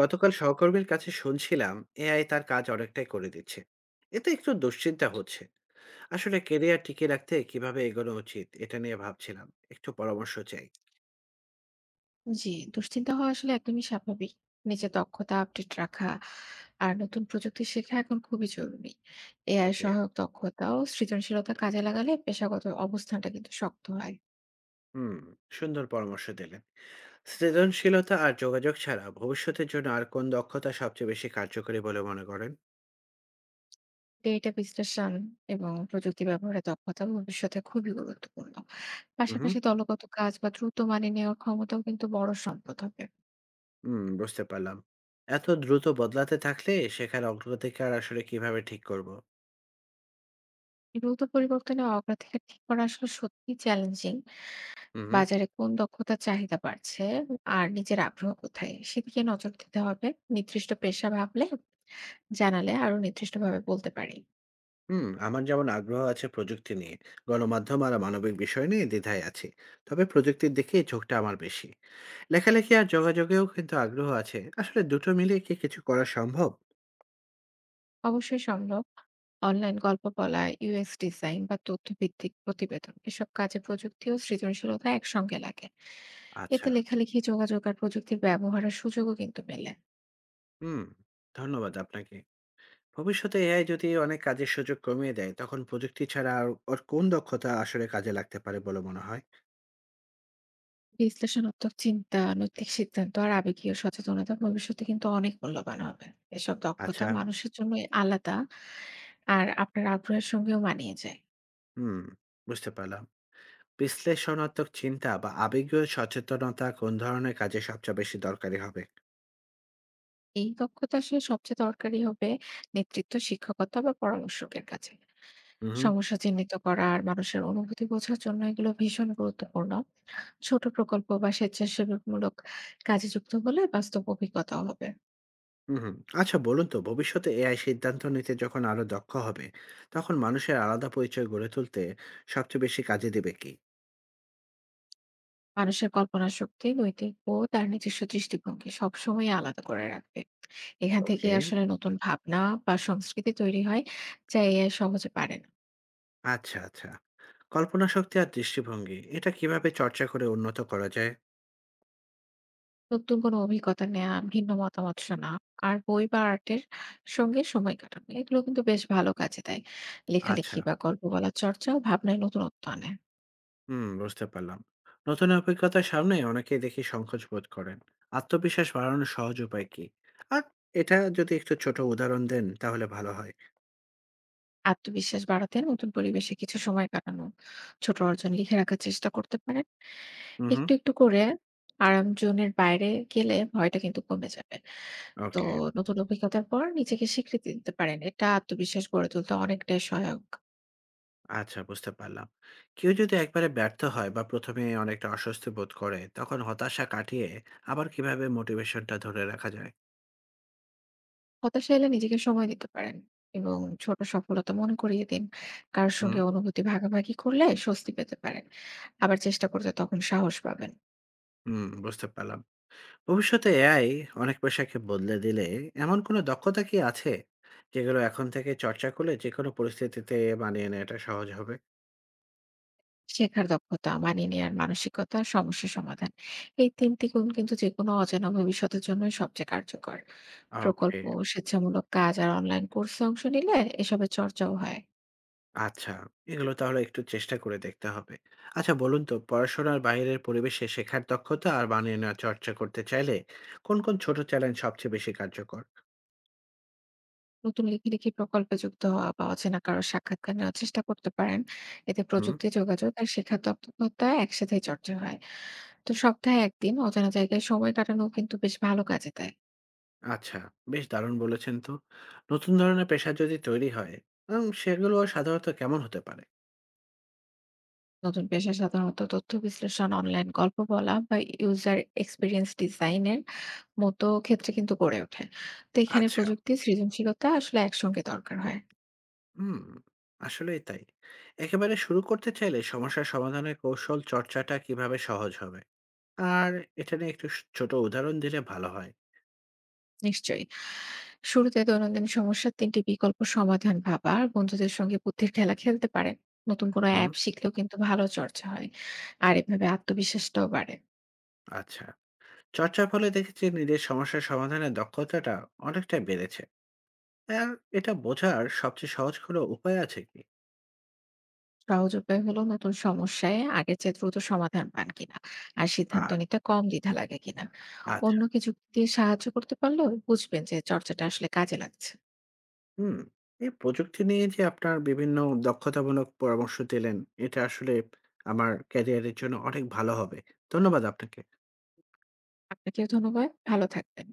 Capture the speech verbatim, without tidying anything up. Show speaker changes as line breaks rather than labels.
গতকাল সহকর্মীর কাছে শুনছিলাম, এআই তার কাজ অনেকটাই করে দিচ্ছে। এতে একটু দুশ্চিন্তা হচ্ছে। আসলে কেরিয়ার টিকে রাখতে কিভাবে এগোনো উচিত এটা নিয়ে ভাবছিলাম। একটু পরামর্শ চাই।
জি, দুশ্চিন্তা হওয়া আসলে একদমই স্বাভাবিক। নিজের দক্ষতা আপডেট রাখা আর নতুন প্রযুক্তি শেখা এখন খুবই জরুরি। AI
okay.
সহায়ক দক্ষতা ও সৃজনশীলতা কাজে লাগালে পেশাগত অবস্থানটা কিন্তু শক্ত হয়।
হুম। সুন্দর পরামর্শ দিলেন। সৃজনশীলতা আর যোগাযোগ ছাড়া ভবিষ্যতের জন্য আর কোন দক্ষতা সবচেয়ে বেশি কার্যকরী বলে মনে করেন?
ডেটা বিশ্লেষণ এবং প্রযুক্তি ব্যবহারের দক্ষতা ভবিষ্যতে খুবই গুরুত্বপূর্ণ।
হুম,
পাশাপাশি দলগত কাজ বা দ্রুত মানিয়ে নেওয়ার ক্ষমতাও কিন্তু বড় সম্পদ হবে।
হুম। বুঝতে পারলাম। এত দ্রুত বদলাতে থাকলে শেখার অগ্রাধিকার আসলে কিভাবে ঠিক করব?
দ্রুত পরিবর্তনে অগ্রাধিকার ঠিক করা আসলে সত্যিই চ্যালেঞ্জিং। বাজারে কোন দক্ষতার চাহিদা বাড়ছে আর নিজের আগ্রহ কোথায় সেদিকে নজর দিতে হবে। নির্দিষ্ট পেশা ভাবলে জানালে আরো নির্দিষ্টভাবে বলতে পারি।
হুম। আমার যেমন আগ্রহ আছে প্রযুক্তি নিয়ে, গণমাধ্যম আর মানবিক বিষয় নিয়ে দ্বিধায় আছি। তবে প্রযুক্তির দিকে ঝোঁকটা আমার বেশি। লেখালেখি আর যোগাযোগেও কিন্তু আগ্রহ আছে। আসলে দুটো মিলে কি কিছু করা সম্ভব?
অবশ্যই সম্ভব। অনলাইন গল্প বলা, ইউএক্স ডিজাইন বা তথ্যভিত্তিক প্রতিবেদন, এসব কাজে প্রযুক্তি ও সৃজনশীলতা একসঙ্গে লাগে। এতে
আচ্ছা।
লেখালেখি, যোগাযোগ আর প্রযুক্তির ব্যবহারের সুযোগও কিন্তু মেলে।
হুম। ধন্যবাদ আপনাকে। ভবিষ্যতে এআই যদি অনেক কাজের সুযোগ কমিয়ে দেয়, তখন প্রযুক্তি ছাড়া আর ওর কোন দক্ষতা আসলে কাজে লাগতে পারে বলে মনে হয়?
বিশ্লেষণাত্মক চিন্তা, নৈতিক সিদ্ধান্ত আর আবেগীয় সচেতনতা ভবিষ্যতে কিন্তু অনেক মূল্যবান হবে। এসব দক্ষতা
আচ্ছা।
মানুষের জন্য আলাদা, আর আপনার আগ্রহের সঙ্গেও মানিয়ে যায়।
হুম। বুঝতে পারলাম। বিশ্লেষণাত্মক চিন্তা বা আবেগীয় সচেতনতা কোন ধরনের কাজে সবচেয়ে বেশি দরকারি হবে?
এই দক্ষতা আসলে সবচেয়ে দরকারি হবে নেতৃত্ব, শিক্ষকতা বা পরামর্শকের কাছে।
হুম।
সমস্যা চিহ্নিত করা আর মানুষের অনুভূতি বোঝার জন্য এগুলো ভীষণ গুরুত্বপূর্ণ। ছোট প্রকল্প বা স্বেচ্ছাসেবামূলক কাজে যুক্ত হলে বাস্তব অভিজ্ঞতাও হবে।
হুম, হুম। আচ্ছা বলুন তো, ভবিষ্যতে এআই সিদ্ধান্ত নিতে যখন আরো দক্ষ হবে, তখন মানুষের আলাদা পরিচয় গড়ে তুলতে সবচেয়ে বেশি কাজে দেবে কি?
মানুষের কল্পনা শক্তি, নৈতিক বোধ আর নিজস্ব দৃষ্টিভঙ্গি সবসময় আলাদা করে রাখবে। এখান
ওকে।
থেকেই আসলে নতুন ভাবনা বা সংস্কৃতি তৈরি হয়, যা এআই সহজে পারে না।
আচ্ছা, আচ্ছা। কল্পনা শক্তি আর দৃষ্টিভঙ্গি এটা কিভাবে চর্চা করে উন্নত করা যায়?
নতুন কোনো অভিজ্ঞতা নেয়া, ভিন্ন মতামত শোনা, আর বই বা আর্টের সঙ্গে সময় কাটানো। এগুলো কিন্তু বেশ ভালো কাজে দেয়।
আচ্ছা,
লেখালেখি বা গল্প বলার চর্চাও ভাবনায় নতুনত্ব আনে।
হুম। বুঝতে পারলাম। নতুন অভিজ্ঞতার সামনে অনেকেই দেখি সংকোচ বোধ করেন। আত্মবিশ্বাস বাড়ানোর সহজ উপায় কি? আর এটা যদি একটু ছোট উদাহরণ দেন তাহলে ভালো হয়।
আত্মবিশ্বাস বাড়াতে নতুন পরিবেশে কিছু সময় কাটানো, ছোট অর্জন লিখে রাখার চেষ্টা করতে পারেন।
হুম, হুম।
একটু, একটু করে আরাম জোনের বাইরে গেলে ভয়টা কিন্তু কমে যাবে। তো
ওকে।
নতুন অভিজ্ঞতার পর নিজেকে স্বীকৃতি দিতে পারেন। এটা আত্মবিশ্বাস গড়ে তুলতে অনেকটাই সহায়ক।
আচ্ছা। বুঝতে পারলাম। কেউ যদি একবারে ব্যর্থ হয় বা প্রথম এ অনেকটা অস্বস্তি বোধ করে, তখন হতাশা কাটিয়ে আবার কিভাবে মোটিভেশনটা ধরে রাখা যায়?
হতাশা এলে নিজেকে সময় দিতে পারেন এবং ছোট সফলতা মনে করিয়ে দিন। কারোর
হুম,
সঙ্গে অনুভূতি ভাগাভাগি করলে স্বস্তি পেতে পারেন, আবার চেষ্টা করতে তখন সাহস পাবেন।
হুম। বুঝতে পারলাম। ভবিষ্যতে এআই অনেক পেশাকে বদলে দিলে এমন কোনো দক্ষতা কি আছে, যেগুলো এখন থেকে চর্চা করলে যেকোনো পরিস্থিতিতে মানিয়ে নেওয়াটা সহজ হবে?
শেখার দক্ষতা, মানিয়ে নেওয়ার মানসিকতা, সমস্যা সমাধান, এই তিনটি গুণ কিন্তু যে কোনো অজানা ভবিষ্যতের জন্যই সবচেয়ে কার্যকর। প্রকল্প,
ওকে।
স্বেচ্ছামূলক কাজ আর অনলাইন কোর্সে অংশ নিলে এসবের চর্চাও হয়।
আচ্ছা, এগুলো তাহলে একটু চেষ্টা করে দেখতে হবে। আচ্ছা বলুন তো, পড়াশোনার বাইরের পরিবেশে শেখার দক্ষতা আর মানিয়ে নেওয়ার চর্চা করতে চাইলে কোন, কোন ছোট চ্যালেঞ্জ সবচেয়ে বেশি কার্যকর?
নতুন লেখালেখি প্রকল্পে যুক্ত হওয়া বা অচেনা কারো সাক্ষাৎকার নেওয়ার চেষ্টা করতে পারেন। এতে
হুম।
প্রযুক্তি, যোগাযোগ আর শেখার দক্ষতা একসাথে চর্চা হয়। তো সপ্তাহে একদিন অজানা জায়গায় সময় কাটানো কিন্তু বেশ ভালো কাজে দেয়।
আচ্ছা, বেশ দারুণ বলেছেন তো। নতুন ধরনের পেশা যদি তৈরি হয়, উম সেগুলো সাধারণত কেমন হতে পারে?
নতুন পেশা সাধারণত তথ্য বিশ্লেষণ, অনলাইন গল্প বলা বা ইউজার এক্সপিরিয়েন্স ডিজাইনের মতো ক্ষেত্রে কিন্তু গড়ে ওঠে। তো এখানে
আচ্ছা,
প্রযুক্তি, সৃজনশীলতা আসলে একসঙ্গে দরকার হয়।
হুম, আসলেই তাই। একেবারে শুরু করতে চাইলে সমস্যা সমাধানের কৌশল চর্চাটা কিভাবে সহজ হবে? আর এটা নিয়ে একটু স ছোট উদাহরণ দিলে ভালো হয়।
নিশ্চয়ই। শুরুতে দৈনন্দিন সমস্যার তিনটি বিকল্প সমাধান ভাবা আর বন্ধুদের সঙ্গে বুদ্ধির খেলা খেলতে পারে। নতুন কোনো
হুম।
অ্যাপ শিখলেও কিন্তু ভালো চর্চা হয়। আর এভাবে আত্মবিশ্বাসটাও বাড়ে।
আচ্ছা। চর্চার ফলে দেখেছি নিজের সমস্যার সমাধানের দক্ষতাটা অনেকটাই বেড়েছে। আর এটা বোঝার সবচেয়ে সহজ কোনো উপায় আছে কি?
সহজ উপায় হলো নতুন সমস্যায় আগের চেয়ে দ্রুত সমাধান পান কিনা আর সিদ্ধান্ত
আর
নিতে কম দ্বিধা লাগে কিনা।
আচ্ছা।
অন্য কিছু দিয়ে সাহায্য করতে পারলেও বুঝবেন যে চর্চাটা আসলে কাজে লাগছে।
হুম। এই প্রযুক্তি নিয়ে যে আপনার বিভিন্ন দক্ষতামূলক পরামর্শ দিলেন এটা আসলে আমার ক্যারিয়ারের জন্য অনেক ভালো হবে। ধন্যবাদ আপনাকে।
আপনাকেও ধন্যবাদ, ভালো থাকবেন।